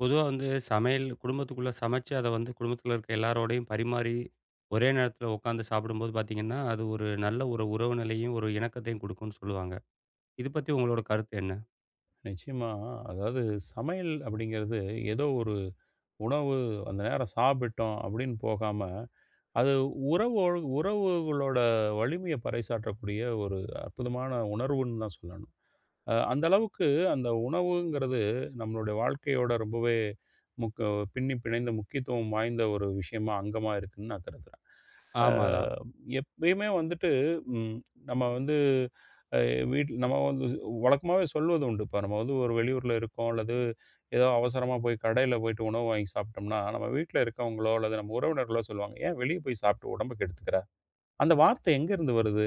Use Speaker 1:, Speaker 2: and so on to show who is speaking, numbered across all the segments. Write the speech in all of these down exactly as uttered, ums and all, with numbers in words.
Speaker 1: பொதுவா வந்து சமையல் குடும்பத்துக்குள்ள சமைச்சு, அத வந்து குடும்பத்துல இருக்க எல்லாரோடையும் பரிமாறி, ஒரே நேரத்துல உட்காந்து சாப்பிடும்போது பார்த்தீங்கன்னா, அது ஒரு நல்ல ஒரு உறவு நிலையும், ஒரு இணக்கத்தையும் குடுக்கும்னு சொல்லுவாங்க. இது பத்தி உங்களோட கருத்து என்ன?
Speaker 2: நிச்சயமா. அதாவது, சமையல் அப்படிங்கிறது ஏதோ ஒரு உணவு அந்த நேரம் சாப்பிட்டோம் அப்படின்னு போகாம, அது உறவோடு உறவுகளோட வலிமைய பறைசாற்றக்கூடிய ஒரு அற்புதமான உணர்வுன்னு தான் சொல்லணும். அ அந்த அளவுக்கு அந்த உணவுங்கிறது நம்மளுடைய வாழ்க்கையோட ரொம்பவே முக்க பின்னி பிணைந்த முக்கியத்துவம் வாய்ந்த ஒரு விஷயமா, அங்கமா இருக்குன்னு நான் கருதுறேன். அ
Speaker 1: ஆமாதான்.
Speaker 2: எப்பயுமே வந்துட்டு ம் நம்ம வந்து அ வீட்ல நம்ம வந்து வழக்கமாவே சொல்வது உண்டு. இப்போ நம்ம வந்து ஒரு வெளியூர்ல இருக்கோம், அல்லது ஏதோ அவசரமா போய் கடையில போயிட்டு உணவு வாங்கி சாப்பிட்டோம்னா, நம்ம வீட்ல இருக்கவங்களோ அல்லது நம்ம உறவினர்களோ சொல்லுவாங்க, "ஏன் வெளிய போய் சாப்பிட்டு உடம்ப கெடுத்துக்கிற?" அந்த வார்த்தை எங்கேருந்து வருது?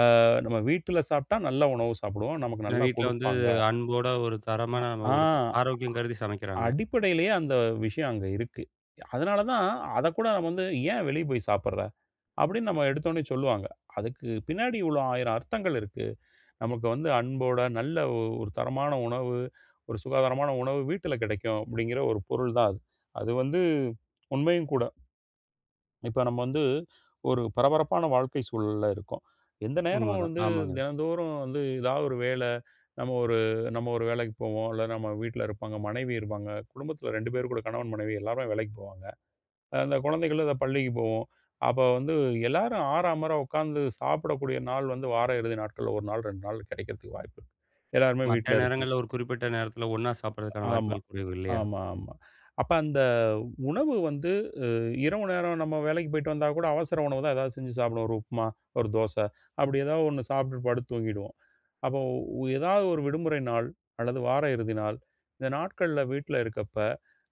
Speaker 2: அ நம்ம வீட்ல சாப்பிட்டா நல்ல உணவு சாப்பிடுவோம். நமக்கு
Speaker 1: ஏன்னா
Speaker 2: நல்லா
Speaker 1: வீட்ல வந்து
Speaker 2: குடுப்பாங்க.
Speaker 1: அன்போட ஒரு தரமான நம்ம
Speaker 2: ஆ,
Speaker 1: ஒரு க- ஆரோக்கியம் கருதி சமைக்கிறாங்க.
Speaker 2: அடிப்படையிலேயே அந்த விஷயம் அங்க இருக்கு. அதனால தான் அத கூட நம்ம வந்து "ஏன் வெளிய போய் சாப்பிடுற?" அப்படின்னு நம்ம எடுத்தோனே சொல்லுவாங்க. அதுக்கு பின்னாடி இவ்வளோ ஆயிரம் அர்த்தங்கள் இருக்கு. நமக்கு வந்து அன்போட நல்ல ஒ ஒரு தரமான உணவு, ஒரு சுகாதாரமான உணவு வீட்டில கிடைக்கும் அப்படிங்கிற ஒரு பொருள் தான் அது. அது வந்து உண்மையும் கூட. இப்ப நம்ம வந்து ஒரு பரபரப்பான வாழ்க்கை சூழல்ல இருக்கோம். எந்த நேரமும்
Speaker 1: உண்மதான்.
Speaker 2: வந்து
Speaker 1: ஆமாங்க.
Speaker 2: தினந்தோறும் வந்து ஏதாவது ஒரு வேல, நம்ம ஒரு நம்ம ஒரு வேலைக்கு போவோம். இல்ல நம்ம வீட்ல இருப்பாங்க, மனைவி இருப்பாங்க. குடும்பத்தில ரெண்டு பேர் கூட கணவன், மனைவி எல்லாருமே வேலைக்கு போவாங்க. அந்த குழந்தைகள் அத பள்ளிக்கு போவும். அப்ப வந்து எல்லாரும் ஆறாமோற உட்காந்து சாப்பிடக்கூடிய நாள் வந்து வார இறுதி நாட்கள்ல ஒரு நாள், ரெண்டு நாள் கிடைக்கிறதுக்கு வாய்ப்பு இருக்கு. எல்லாருமே
Speaker 1: மத்த
Speaker 2: வீட்ல இருப்பாங்க.
Speaker 1: நேரங்கள்ல ஒரு குறிப்பிட்ட நேரத்துல ஒண்ணா சாப்பிடுறதுக்கான
Speaker 2: ஆமா.
Speaker 1: வாய்ப்புகள் குறைவு இல்லையா?
Speaker 2: ஆமா, ஆமா. அப்ப அந்த உணவு வந்து அ இரவு நேரம் நம்ம வேலைக்கு போயிட்டு வந்தா கூட அவசர உணவு தான் ஏதாவது செஞ்சு சாப்பிடுவோம். ஒரு உப்புமா, ஒரு தோசை அப்படி ஏதாவது ஒண்ணு சாப்பிட்டு படுத்து தூங்கிடுவோம். அப்போ உ- ஏதாவது ஒரு விடுமுறை நாள் அல்லது வார இறுதி நாள், இந்த நாட்கள்ல வீட்ல இருக்கப்ப,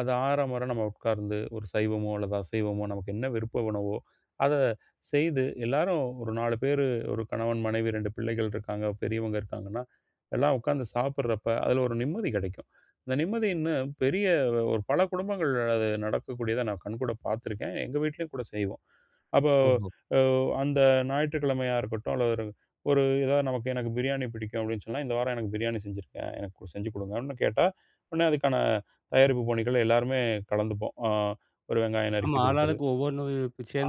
Speaker 2: அது ஆறமர நம்ம உட்கார்ந்து ஒரு சைவமோ அல்லது அசைவமோ நமக்கு என்ன விருப்ப உணவோ, அத செய்து எல்லாரும் ஒரு நாலு பேரு ஒரு கணவன், மனைவி, ரெண்டு பிள்ளைகள் இருக்காங்க, பெரியவங்க இருக்காங்கன்னா, எல்லாம் உட்கார்ந்து சாப்பிடுறப்ப, அதுல ஒரு நிம்மதி கிடைக்கும். இந்த நிம்மதி இன்னும் பெரிய ஒரு பல குடும்பங்கள் அது நடக்கக்கூடியத நான் கண்கூட பார்த்துருக்கேன். எங்க வீட்லயும் கூட செய்வோம். அப்போ
Speaker 1: ஓஹோ!
Speaker 2: அ அந்த ஞாயிற்றுக்கிழமையா இருக்கட்டும், அல்லது ஒரு ஒரு ஏதாவது நமக்கு எனக்கு பிரியாணி பிடிக்கும் அப்படின்னு சொன்னா, இந்த வாரம் எனக்கு பிரியாணி செஞ்சிருக்கேன். எனக்கு கொடு- செஞ்சு குடுங்கன்னு கேட்டா, உடனே அதுக்கான தயாரிப்பு பணிகள் எல்லாருமே கலந்துப்போம். அ ஒரு வெங்காயம்
Speaker 1: ஆமா.
Speaker 2: நறுக்கி குடுக்குறது.
Speaker 1: ஆளாளுக்கு ஒவ்வொன்னு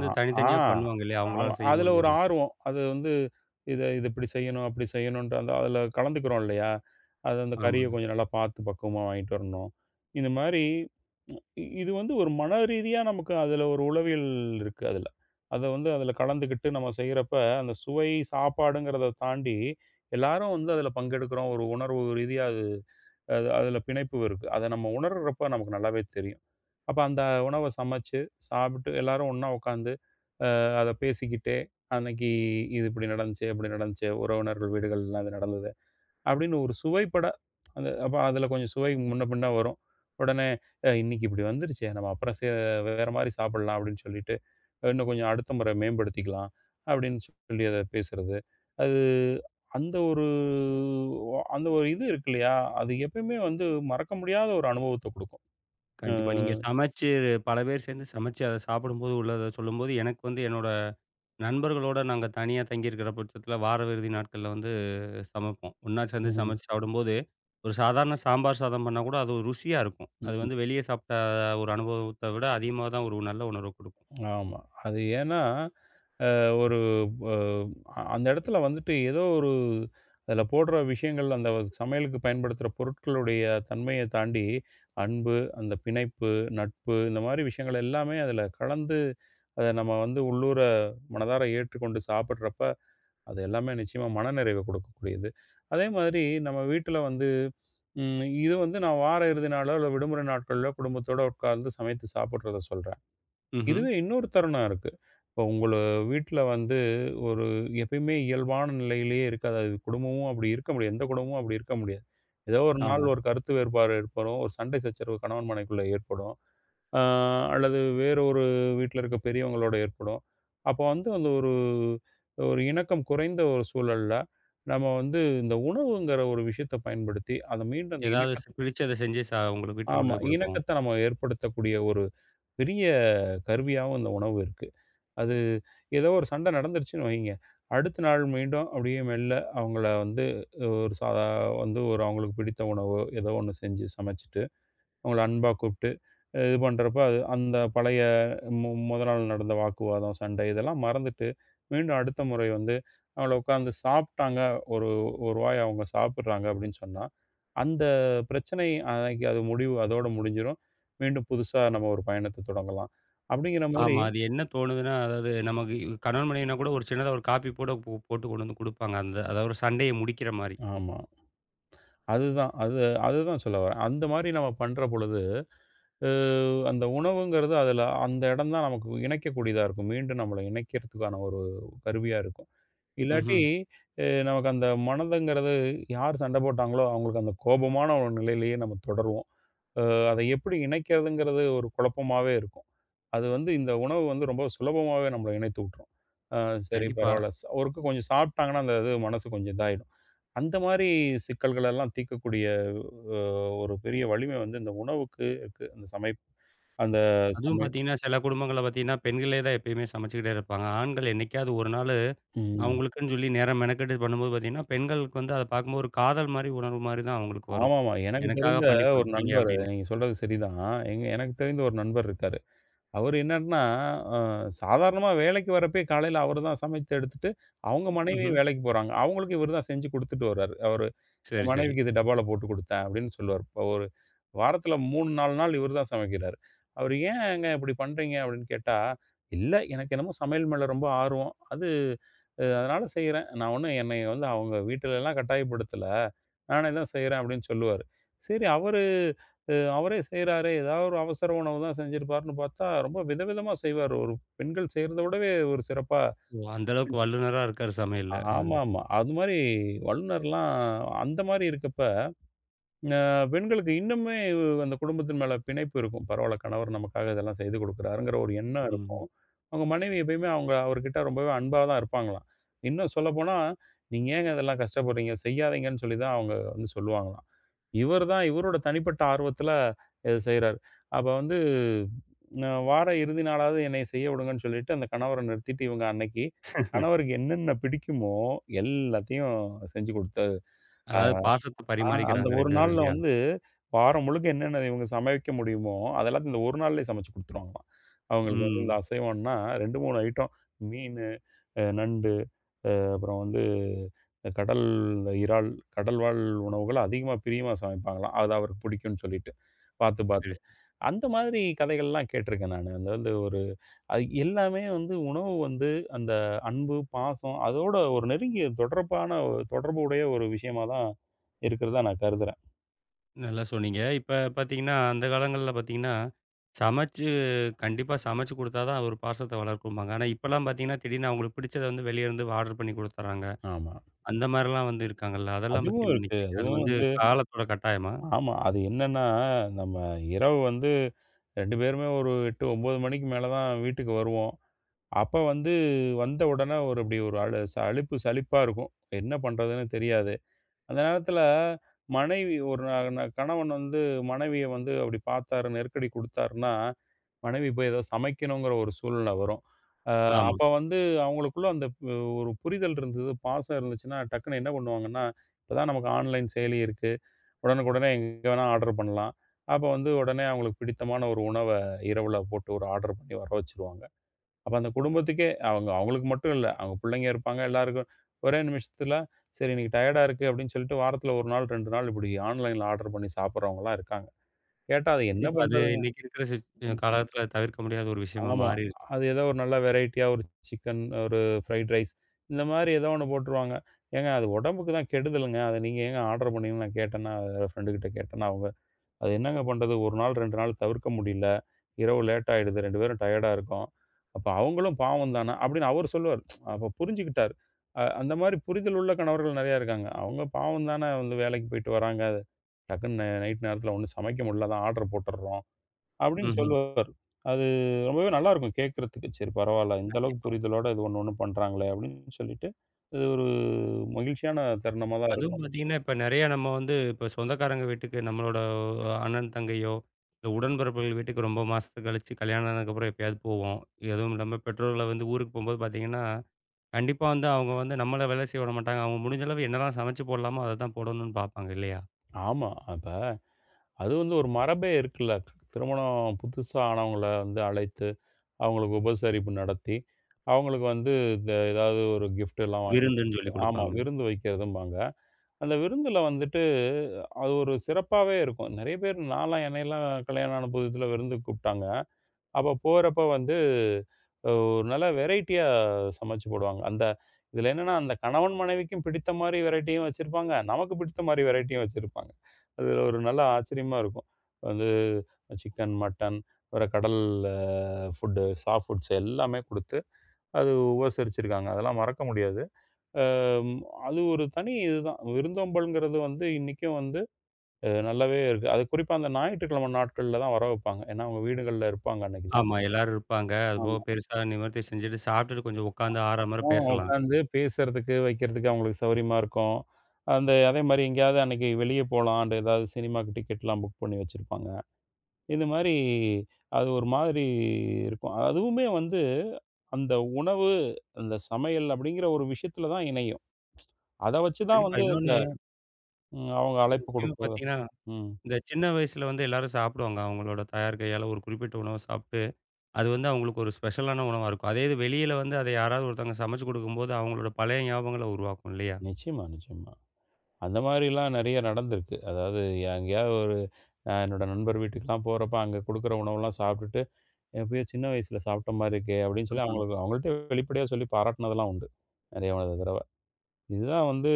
Speaker 2: ஆ, ஆ.
Speaker 1: தனித்தனியா பண்ணுவாங்க இல்லையா?
Speaker 2: ஆமா.
Speaker 1: அவங்களால செய்ய
Speaker 2: அதுல ஒரு
Speaker 1: முடிஞ்சத.
Speaker 2: ஆர்வம். அது வந்து இத இது இப்படி செய்யணும், அப்படி செய்யணும்ன்ட்டு அந்த அதுல கலந்துக்கிறோம் இல்லையா? அது அந்த கறிய
Speaker 1: ஆமாங்க.
Speaker 2: கொஞ்சம் நல்லா பார்த்து பக்குவமா வாங்கிட்டு வரணும். இந்த மாரி இ இது வந்து ஒரு மன ரீதியா நமக்கு அதுல ஒரு உளவியல் இருக்கு அதுல. அத வந்து அதுல கலந்துக்கிட்டு நம்ம செய்றப்ப, அந்த சுவை சாப்பாடுங்கிறத தாண்டி எல்லாரும் வந்து அதுல பங்கெடுக்கிறோம். ஒரு உணர்வு ரீதியா அது அது அதுல பிணைப்பு இருக்கு. அத நம்ம உணர்றப்ப நமக்கு நல்லாவே தெரியும். அப்ப அந்த உணவ சமைச்சு, சாப்பிட்டு எல்லாரும் ஒண்ணா உட்காந்து அ அத பேசிக்கிட்டே, அன்னைக்கு இது இப்படி நடந்துச்சு, அப்படி நடந்துச்சு, உறவினர்கள் வீடுகள்லாம் இது நடந்தது. அப்படின்னு ஒரு சுவைப்பட அந்த அப்ப அதில கொஞ்சம் சுவை முன்ன பின்ன வரும். உடனே அ இன்னைக்கு இப்படி வந்துருச்சே, நம்ம அப்புறம் சே வேற மாரி சாப்பிடலாம் அப்படின்னு சொல்லிட்டு, இன்னும் கொஞ்சம் அடுத்த முறை மேம்படுத்திக்கலாம் அப்படின்னு சொல்லி அத பேசுறது. அது அந்த ஒரு அந்த ஒரு இது இருக்கு இல்லையா? அது எப்பயுமே வந்து மறக்க முடியாத ஒரு அனுபவத்த குடுக்கும். அ.
Speaker 1: கண்டிப்பா. நீங்க சமைச்சு பல பேர் சேர்ந்து சமைச்சு அத சாப்பிடும்போது, உள்ளத சொல்லும்போது, எனக்கு வந்து என்னோட நண்பர்களோட நாங்க தனியா தங்கியிருக்கிற பட்சத்தில வார இறுதி நாட்கள்ல வந்து சமைப்போம். ஒண்ணா சேர்ந்து
Speaker 2: ம்.
Speaker 1: சமைச்சு சாப்பிடும்போது, ஒரு சாதாரண சாம்பார் சாதம் பண்ணா கூட அது ஒரு ருசியா இருக்கும். அது
Speaker 2: ம்.
Speaker 1: வந்து வெளிய சாப்பிட்ட ஒரு அனுபவத்த விட அதிகமா தான் ஒரு நல்ல உணர்வு குடுக்கும்.
Speaker 2: ஆமா. அது ஏன்னா அ ஒரு அ அந்த இடத்துல வந்துட்டு ஏதோ ஒரு அதில போடுற விஷயங்கள், அந்த சமையலுக்கு பயன்படுத்துற பொருட்களுடைய தன்மைய தாண்டி, அன்பு, அந்த பிணைப்பு, நட்பு இந்த மாரி விஷயங்கள் எல்லாமே அதில கலந்து, அத நம்ம வந்து உள்ளூர மனதார ஏற்றுக்கொண்டு சாப்பிடுறப்ப, அது எல்லாமே நிச்சயமா மனநிறைவ கொடுக்கக்கூடியது. அதே மாதிரி நம்ம வீட்ல வந்து ம், இது வந்து நான் வார இறுதி நாளோ, இல்ல விடுமுறை நாட்கள்ல குடும்பத்தோட உட்கார்ந்து சமைத்து சாப்பிடுறத சொல்றேன்.
Speaker 1: ம்ஹ்ம்.
Speaker 2: இதுவே இன்னொரு தருணம் இருக்கு. இப்போ உங்கள வீட்ல வந்து ஒரு எப்பயுமே இயல்பான நிலையிலேயே இருக்காது. அது குடும்பமும் அப்படி இருக்க முடியாது. எந்த குடும்பமும் அப்படி இருக்க முடியாது. ஏதோ ஒரு ம். நாள்
Speaker 1: ஆமா.
Speaker 2: ஒரு கருத்து வேறுபாடு ஏற்படும். ஒரு சண்டை சச்சரவு கணவன் மனைவிக்குள்ள ஏற்படும். அ அல்லது வேற ஒரு வீட்ல இருக்க பெரியவங்களோட ஏற்படும். அப்போ வந்து அந்த ஒரு ஒரு இணக்கம் குறைந்த ஒரு சூழல்ல, நம்ம வந்து இந்த உணவுங்கிற ஒரு விஷயத்த பயன்படுத்தி, அத மீண்டும் அந்த
Speaker 1: ஏதாவது ஸ்
Speaker 2: இணக்கத்.
Speaker 1: பிடிச்சத செஞ்சு ச உங்களுக்கு வீட்ல கொண்டு
Speaker 2: ஆமா.
Speaker 1: போய் குடுப்போம்.
Speaker 2: இணக்கத்த நம்ம ஏற்படுத்தக்கூடிய ஒரு பெரிய கருவியாவும் இந்த உணவு இருக்கு. அது ஏதோ ஒரு சண்டை நடந்துருச்சுன்னு வைங்க. அடுத்த நாள் மீண்டும் அப்படியே மெல்ல அவங்கள வந்து ஒரு சாதா வந்து ஒரு அவங்களுக்கு பிடித்த உணவோ, ஏதோ ஒண்ணு செஞ்சு சமைச்சுட்டு, அவங்கள அன்பா கூப்பிட்டு இது பண்றப்ப, அது அந்த பழைய மு முதல் நாள் நடந்த வாக்குவாதம், சண்டை இதெல்லாம் மறந்துட்டு, மீண்டும் அடுத்த முறை வந்து அவங்கள உட்காந்து சாப்பிட்டாங்க. ஒரு ஒரு வாய் அவங்க சாப்பிடுறாங்க அப்படின்னு சொன்னா, அந்த பிரச்சனை அன்னைக்கு அது முடிவு அதோட முடிஞ்சிரும். மீண்டும் புதுசா நம்ம ஒரு பயணத்த தொடங்கலாம். அப்படிங்கிற மாரி.
Speaker 1: ஆமா. அது என்ன தோணுதுன்னா, அதாவது நமக்கு இ- கணவன் மனைவினா கூட ஒரு சின்னதா ஒரு காப்பி போட போ போட்டு கொண்டு வந்து குடுப்பாங்க. அந்த அதாவது ஒரு சண்டைய முடிக்கிற மாரி.
Speaker 2: ஆமா. அதுதான். அது அதுதான் சொல்ல வரேன். அந்த மாரி நம்ம பண்ற பொழுது, அ அந்த உணவுங்கிறது அதுல அந்த இடம் தான் நமக்கு இணைக்கக்கூடியதா இருக்கும். மீண்டும் நம்மள இணைக்கிறதுக்கான ஒரு கருவியா இருக்கும். இல்லாட்டி,
Speaker 1: ம்ஹ்ம்.
Speaker 2: அ நமக்கு அந்த மனதுங்கிறது யார் சண்டை போட்டாங்களோ, அவங்களுக்கு அந்த கோபமான ஒரு நிலையிலேயே நம்ம தொடருவோம். அ அத எப்படி இணைக்கிறதுங்கிறது ஒரு குழப்பமாவே இருக்கும். அது வந்து இந்த உணவு வந்து ரொம்ப சுலபமாவே நம்மள இணைத்து விட்டுரும். அ. சரி,
Speaker 1: கண்டிப்பா.
Speaker 2: பரவால்ல. ஒருக்க கொஞ்சம் சாப்பிட்டாங்கன்னா, அந்த இது மனசு கொஞ்சம் இதாயிடும். அந்த மாரி சிக்கல்கள் எல்லாம் தீர்க்கக்கூடிய அ ஒரு பெரிய வலிமை வந்து இந்த உணவுக்கு இருக்கு. அந்த சமை அந்த
Speaker 1: அதுவும்
Speaker 2: சமை.
Speaker 1: பார்த்தீங்கன்னா, சில குடும்பங்கள்ல பார்த்தீங்கன்னா, பெண்களே தான் எப்பயுமே சமைச்சுக்கிட்டே இருப்பாங்க. ஆண்கள் என்னைக்காவது ஒரு நாளு
Speaker 2: ம்.
Speaker 1: அவங்களுக்குன்னு சொல்லி நேரம் மெனக்கெட்டு பண்ணும்போது பார்த்தீங்கன்னா, பெண்களுக்கு வந்து அத பார்க்கும்போது ஒரு காதல் மாரி உணர்வு மாரி தான் அவங்களுக்கு வரும்.
Speaker 2: ஆமாமா. எனக்கு
Speaker 1: எனக்காக
Speaker 2: தெரிந்த
Speaker 1: பண்ணி
Speaker 2: ஒரு
Speaker 1: குடுத்துட்டீங்க
Speaker 2: நண்பர்,
Speaker 1: அப்படின்னு.
Speaker 2: நீங்க சொல்றது சரிதான். எங்க எனக்கு தெரிந்த ஒரு நண்பர் இருக்காரு. அவரு என்னன்னா, அ சாதாரணமா வேலைக்கு வரப்பயே காலையில அவரு தான் சமைத்து எடுத்துட்டு, அவங்க மனைவி
Speaker 1: ம்ஹ்ம்.
Speaker 2: வேலைக்கு போறாங்க. அவங்களுக்கு இவரு தான் செஞ்சு குடுத்துட்டு வர்றாரு. அவர் என்
Speaker 1: சரி, சரி.
Speaker 2: மனைவிக்கு இது டப்பால போட்டு குடுத்தேன் அப்படின்னு சொல்லுவாரு. இப்ப ஒரு வாரத்துல மூணு, நாலு நாள் இவரு தான் சமைக்கிறாரு. அவரு ஏங்க இப்படி பண்றீங்க அப்படின்னு கேட்டா, இல்ல எனக்கு என்னமோ சமையல் மேல ரொம்ப ஆர்வம். அது அ அதனால செய்றேன். நான் ஒண்ணும் என்னைய வந்து அவங்க வீட்டுலலாம் கட்டாயப்படுத்தல. நானே தான் செய்றேன் அப்படின்னு சொல்லுவாரு. சரி, அவரு அ அவரே செய்றாரே! ஏதாவது ஒரு அவசர உணவு தான் செஞ்சிருப்பாருன்னு பார்த்தா, ரொம்ப விதவிதமா செய்வாரு. ஒரு பெண்கள் செய்றத விடவே ஒரு சிறப்பா
Speaker 1: ஓ! அந்த அளவுக்கு
Speaker 2: செஞ்சு.
Speaker 1: வல்லுனரா இருக்காரு சமையல்ல. அ.
Speaker 2: ஆமாமா. அது மாரி வல்லுனர்லாம் அந்த மாரி இருக்கப்ப அ பெண்களுக்கு இன்னுமே அந்த குடும்பத்தின் மேல பிணைப்பு இருக்கும். பரவால்ல, கணவர் நமக்காக இதெல்லாம் செய்து கொடுக்குறாருங்கிற ஒரு எண்ணம்
Speaker 1: ம்.
Speaker 2: இருக்கும். அவங்க மனைவி எப்பயுமே அவங்க அவர்கிட்ட ரொம்பவே அன்பா தான் இருப்பாங்களாம். இன்னும் சொல்லப்போனா, "நீங்க ஏங்க இதெல்லாம் கஷ்டப்படுறீங்க? செய்யாதீங்கன்னு" சொல்லி தான் அவங்க வந்து சொல்லுவாங்களாம். இவர் தான் இவரோட தனிப்பட்ட ஆர்வத்தில இத செய்றாரு. அப்ப வந்து "நா வார இறுதி நாளாவது என்னைய செய்ய விடுங்கன்னு" சொல்லிட்டு அந்த கணவர நிறுத்திட்டு இவங்க அன்னைக்கு கணவருக்கு என்னென்ன பிடிக்குமோ எல்லாத்தையும் செஞ்சு கொடுத்து.
Speaker 1: அதாவது பாசத்த
Speaker 2: ஆ, அந்த
Speaker 1: பரிமாறிக்கிறாங்க
Speaker 2: ஒரு
Speaker 1: ரெண்டு பேரும்
Speaker 2: நாள்ல
Speaker 1: இல்லையா?
Speaker 2: வந்து, வாரம் முழுக்க என்னென்ன இவங்க சமைக்க முடியுமோ, அது எல்லாத்தையும் இந்த ஒரு நாள்லயே சமைச்சு குடுத்துருவாங்களாம். அவங்களுக்கு வந்து இந்த
Speaker 1: ம்.
Speaker 2: அசைவம்ன்னா ரெண்டு, மூணு ஐட்டம். மீனு, அ நண்டு, அப்புறம் வந்து இந்த கடல் இந்த இறால், கடல் வாழ் உணவுகள அதிகமா பிரியமா சமைப்பாங்களாம். அது அவருக்கு பிடிக்கும்னு சொல்லிட்டு, பாத்து
Speaker 1: சரி,
Speaker 2: பாத்து.
Speaker 1: சரி.
Speaker 2: அந்த மாதிரி கதைகள்லாம் கேட்டுருக்கேன் நானு. அந்த வந்து ஒரு அது எல்லாமே வந்து உணவு வந்து அந்த அன்பு, பாசம் அதோட ஒரு நெருங்கிய தொடர்பான தொடர்புடைய ஒரு விஷயமா தான் இருக்கிறதா நான் கருதுறேன்.
Speaker 1: நல்லா சொன்னீங்க. இப்ப பாத்தீங்கன்னா, அந்த காலங்கள்ல பாத்தீங்கன்னா, சமைச்சு கண்டிப்பா சமைச்சு குடுத்தா தான் ஒரு பாசத்த வளர்க்கும்பாங்க. ஆனா, இப்பலாம் பாத்தீங்கன்னா, திடீர்னு அவங்களுக்கு பிடிச்சத வந்து வெளிய இருந்து ஆர்டர் பண்ணி குடுத்துர்றாங்க.
Speaker 2: ஆமா.
Speaker 1: அந்த மாரிலாம் வந்து இருக்காங்கல்ல. அதெல்லாம் பத்தி
Speaker 2: அதுவும்
Speaker 1: என்ன
Speaker 2: இருக்கு.
Speaker 1: நினைக்கிறீங்க? அது
Speaker 2: அதுவும்
Speaker 1: வந்து
Speaker 2: வந்து.
Speaker 1: காலத்தோட கட்டாயமா?
Speaker 2: ஆமா. அது என்னன்னா, நம்ம இரவு வந்து ரெண்டு பேருமே ஒரு எட்டு, ஒன்பது மணிக்கு மேல தான் வீட்டுக்கு வருவோம். அப்ப வந்து வந்த உடனே ஒரு அப்படி ஒரு அழு ச அலுப்பு சலிப்பா இருக்கும். என்ன பண்றதுன்னு தெரியாது. அந்த நேரத்தில மனைவி ஒரு ந ந கணவன் வந்து மனைவிய வந்து அப்படி பார்த்தாரு, நெருக்கடி குடுத்தாருன்னா, மனைவி போய் ஏதோ சமைக்கணுங்கிற ஒரு சூழ்நிலை வரும். அ.
Speaker 1: ஆமா.
Speaker 2: அப்ப வந்து அவங்களுக்குள்ள அந்த பு- ஒரு புரிதல் இருந்தது, பாசம் இருந்துச்சுன்னா, டக்குனு என்ன பண்ணுவாங்கன்னா, இப்ப தான் நமக்கு ஆன்லைன் செயலி இருக்கு. உடனுக்குடனே எங்கே வேணா ஆர்டர் பண்ணலாம். அப்ப வந்து உடனே அவங்களுக்கு பிடித்தமான ஒரு உணவ இரவுல போட்டு ஒரு ஆர்டர் பண்ணி வர வச்சுருவாங்க. அப்ப அந்த குடும்பத்துக்கே அவங்க அவங்களுக்கு மட்டும் இல்ல. அவங்க பிள்ளைங்க இருப்பாங்க, எல்லாருக்கும் ஒரே நிமிஷத்துல சரி இன்னைக்கு டயர்டா இருக்கு அப்படின்னு சொல்லிட்டு வாரத்துல ஒரு நாள், ரெண்டு நாள் இப்படி ஆன்லைன்ல ஆர்டர் பண்ணி சாப்பிடுறவங்கலாம் இருக்காங்க. கேட்டா அது என்ன
Speaker 1: கண்டிப்பா. அது
Speaker 2: பண்றது?
Speaker 1: இன்னைக்கு இருக்கிற சிச் காலத்துல தவிர்க்க முடியாத ஒரு விஷயமா
Speaker 2: ஆமா.
Speaker 1: மாறிருச்சு.
Speaker 2: அது ஏதோ ஒரு நல்ல வெரைட்டியா ஒரு சிக்கன், ஒரு ஃப்ரைட் ரைஸ் இந்த மாரி ஏதோ ஒண்ணு போட்டுருவாங்க. ஏங்க அது உடம்புக்கு தான் கெடுதலுங்க. அத நீங்க ஏங்க ஆர்டர் பண்ணீங்கன்னு நான் கேட்டேன்னா, ஃப்ரெண்டு கிட்ட கேட்டேன்னா அவங்க அது என்னங்க பண்ணுறது? ஒரு நாள், ரெண்டு நாள் தவிர்க்க முடியல. இரவு லேட் ஆயிடுது. ரெண்டு பேரும் டயர்டா இருக்கோம். அப்ப அவங்களும் பாவம் தான அப்படின்னு அவரு சொல்லுவாரு. அப்ப புரிஞ்சுக்கிட்டாரு. அ அந்த மாரி புரிதல் உள்ள கணவர்கள் நெறையா இருக்காங்க. அவங்க பாவம் தான வந்து வேலைக்கு போயிட்டு வராங்க. டக்குன்னு நை நைட் நேரத்தில ஒண்ணும் சமைக்க முடியல. அதான் ஆர்டர் போட்டுடுறோம் அப்படின்னு
Speaker 1: ம்ஹ்ம்.
Speaker 2: சொல்லுவாரு. அது ரொம்பவே நல்லாருக்கும் கேட்கறதுக்கு. சரி, பரவால்ல. இந்த அளவுக்கு
Speaker 1: கண்டிப்பா.
Speaker 2: புரிதலோட இது ஒண்ணு ஒண்ணு பண்றாங்களே அப்படின்னு சொல்லிட்டு, இது ஒரு மகிழ்ச்சியான தருணமா தான்
Speaker 1: அதுவும்
Speaker 2: இருக்கும்.
Speaker 1: பார்த்தீங்கன்னா, இப்ப நெறைய நம்ம வந்து இப்ப சொந்தக்காரங்க வீட்டுக்கு நம்மளோட அண்ணன், தங்கையோ, இல்ல உடன்பிறப்புகள் வீட்டுக்கு ரொம்ப மாசத்துக்கு கழிச்சு கல்யாணம் ஆனதுக்கப்புறம் எப்பயாவது போவோம். அதுவும் நம்ம பெற்றோர்கள வந்து ஊருக்கு போம்போது பார்த்தீங்கன்னா, கண்டிப்பா வந்து அவங்க வந்து நம்மள வேலை செய்ய விட மாட்டாங்க. அவங்க முடிஞ்ச அளவு என்னலாம் சமைச்சு போடலாமோ, அத தான் போடணும்னு பார்ப்பாங்க இல்லையா?
Speaker 2: ஆமா. அப்ப அது வந்து ஒரு மரபே இருக்குல்ல. திருமணம் புதுசா ஆனவங்கள வந்து அழைத்து, அவங்களுக்கு உபசரிப்பு நடத்தி, அவங்களுக்கு வந்து இந்த ஏதாவது ஒரு கிஃப்ட்லாம் வாங்கி
Speaker 1: விருந்துன்னு
Speaker 2: குடுத்து,
Speaker 1: சொல்லிக்
Speaker 2: ஆமா,
Speaker 1: குடுப்பாங்க.
Speaker 2: விருந்து வைக்கிறதும்பாங்க. அந்த விருந்துல வந்துட்டு அது ஒரு சிறப்பாவே இருக்கும். நெறைய பேர் நான்லாம் என்னையெல்லாம் கல்யாணம் ஆன புதுசுல விருந்துக்கு கூப்பிட்டாங்க. அப்போ போறப்ப வந்து அ ஒரு நல்ல வெரைட்டியா சமைச்சு போடுவாங்க. அந்த இதில என்னன்னா, அந்த கணவன் மனைவிக்கும் பிடித்த மாரி வெரைட்டியும் வச்சிருப்பாங்க. நமக்கு பிடித்த மாரி வெரைட்டியும் வச்சிருப்பாங்க. அது ஒரு நல்ல ஆச்சரியமா இருக்கும். வந்து சிக்கன், மட்டன், வேற கடல் ஃபுட், சாஃப்ட் ஃபுட்ஸ் எல்லாமே குடுத்து, அது உபசரிச்சிருக்காங்க. அதெல்லாம் மறக்க முடியாது. அம். அது ஒரு தனி இதுதான். விருந்தோம்பல்ங்கிறது வந்து இன்னைக்கும் வந்து அ நல்லாவே இருக்கு. அது குறிப்பா அந்த ஞாயிற்றுக்கிழமை நாட்கள்ல தான் வர வைப்பாங்க. ஏன்னா, அவங்க வீடுகள்ல இருப்பாங்க அன்னைக்கு தான்.
Speaker 1: ஆமா, எல்லாரும் இருப்பாங்க. அதுபோக
Speaker 2: ஆமா.
Speaker 1: பெருசா நிவர்த்தி செஞ்சுட்டு, சாப்பிட்டுட்டு கொஞ்சம் உட்காந்து ஆறாம
Speaker 2: ஆமா.
Speaker 1: பேசலாம்.
Speaker 2: உட்காந்து பேசுறதுக்கு, வைக்கிறதுக்கு அவங்களுக்கு சௌரியமா இருக்கும். அந்த அதே மாரி எங்கேயாவது அன்னைக்கு வெளிய போலான்ட்டு ஏதாவது சினிமாக்கு டிக்கெட்லாம் புக் பண்ணி வச்சிருப்பாங்க. இது மாரி அது ஒரு மாதிரி இருக்கும். அதுவுமே வந்து அந்த உணவு, அந்த சமையல் அப்படிங்கிற ஒரு விஷயத்துல தான் இணையும். அத வச்சு தான்
Speaker 1: கண்டிப்பா.
Speaker 2: வந்து இந்த
Speaker 1: இன்னொன்னு
Speaker 2: ம், அவங்க அழைப்பு
Speaker 1: முக்கியமா
Speaker 2: குடுக்குறது.
Speaker 1: பார்த்தீங்கன்னா
Speaker 2: ம்.
Speaker 1: இந்த சின்ன வயசுல வந்து எல்லாரும் சாப்பிடுவாங்க. அவங்களோட தாயார் கையால ஒரு குறிப்பிட்ட உணவ சாப்ட்டு, அது வந்து அவங்களுக்கு ஒரு ஸ்பெஷலான உணவா இருக்கும். அதே இது வெளியில வந்து அத யாராவது ஒருத்தவங்க சமைச்சு குடுக்கும்போது, அவங்களோட பழைய ஞாபகங்கள உருவாக்கும் இல்லையா?
Speaker 2: நிச்சயமா, நிச்சயமா. அந்த மாரிலாம் நெறைய நடந்திருக்கு. அதாவது எங்கேயாவது ஒரு நான் என்னோட நண்பர் வீட்டுக்குலாம் போறப்ப, அங்க குடுக்குற உணவுலாம் சாப்பிட்டுட்டு எப்பயோ சின்ன வயசுல சாப்பிட்ட மாரி இருக்கே! அப்படின்னு சொல்லி
Speaker 1: ம்ஹ்ம்.
Speaker 2: அவங்களுக்கு அவங்கள்ட்ட வெளிப்படையா சொல்லி பாராட்டுனதெல்லாம் உண்டு. நெறைய தடவ. இதுதான் வந்து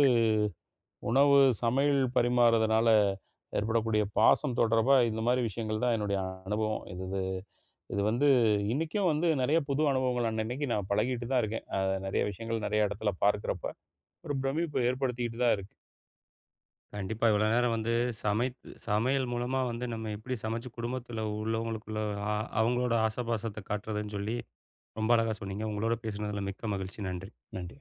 Speaker 2: உணவு, சமையல் பரிமாறுறதுனால ஏற்படக்கூடிய பாசம் தொடர்பா இந்த மாரி விஷயங்கள் தான் என்னுடைய அனுபவம். இது இது இது வந்து இன்னைக்கும் வந்து நெறைய புது அனுபவங்கள் அன்னன்னைக்கு நான் பழகிட்டு தான் இருக்கேன். அ நெறைய விஷயங்கள் நெறைய இடத்துல பார்க்கிறப்ப, ஒரு பிரமிப்பு ஏற்படுத்திக்கிட்டு தான் இருக்கு.
Speaker 1: கண்டிப்பா இவ்வளோ நேரம் வந்து சமைத்து சமையல் மூலமா வந்து நம்ம எப்படி சமைச்சு குடும்பத்துல உள்ளவங்களுக்குள்ள அ அவங்களோட ஆசபாசத்த காட்டுறதுன்னு சொல்லி, ரொம்ப அழகா சொன்னீங்க. உங்களோட பேசுனதுல மிக்க மகிழ்ச்சி. நன்றி.
Speaker 2: நன்றி.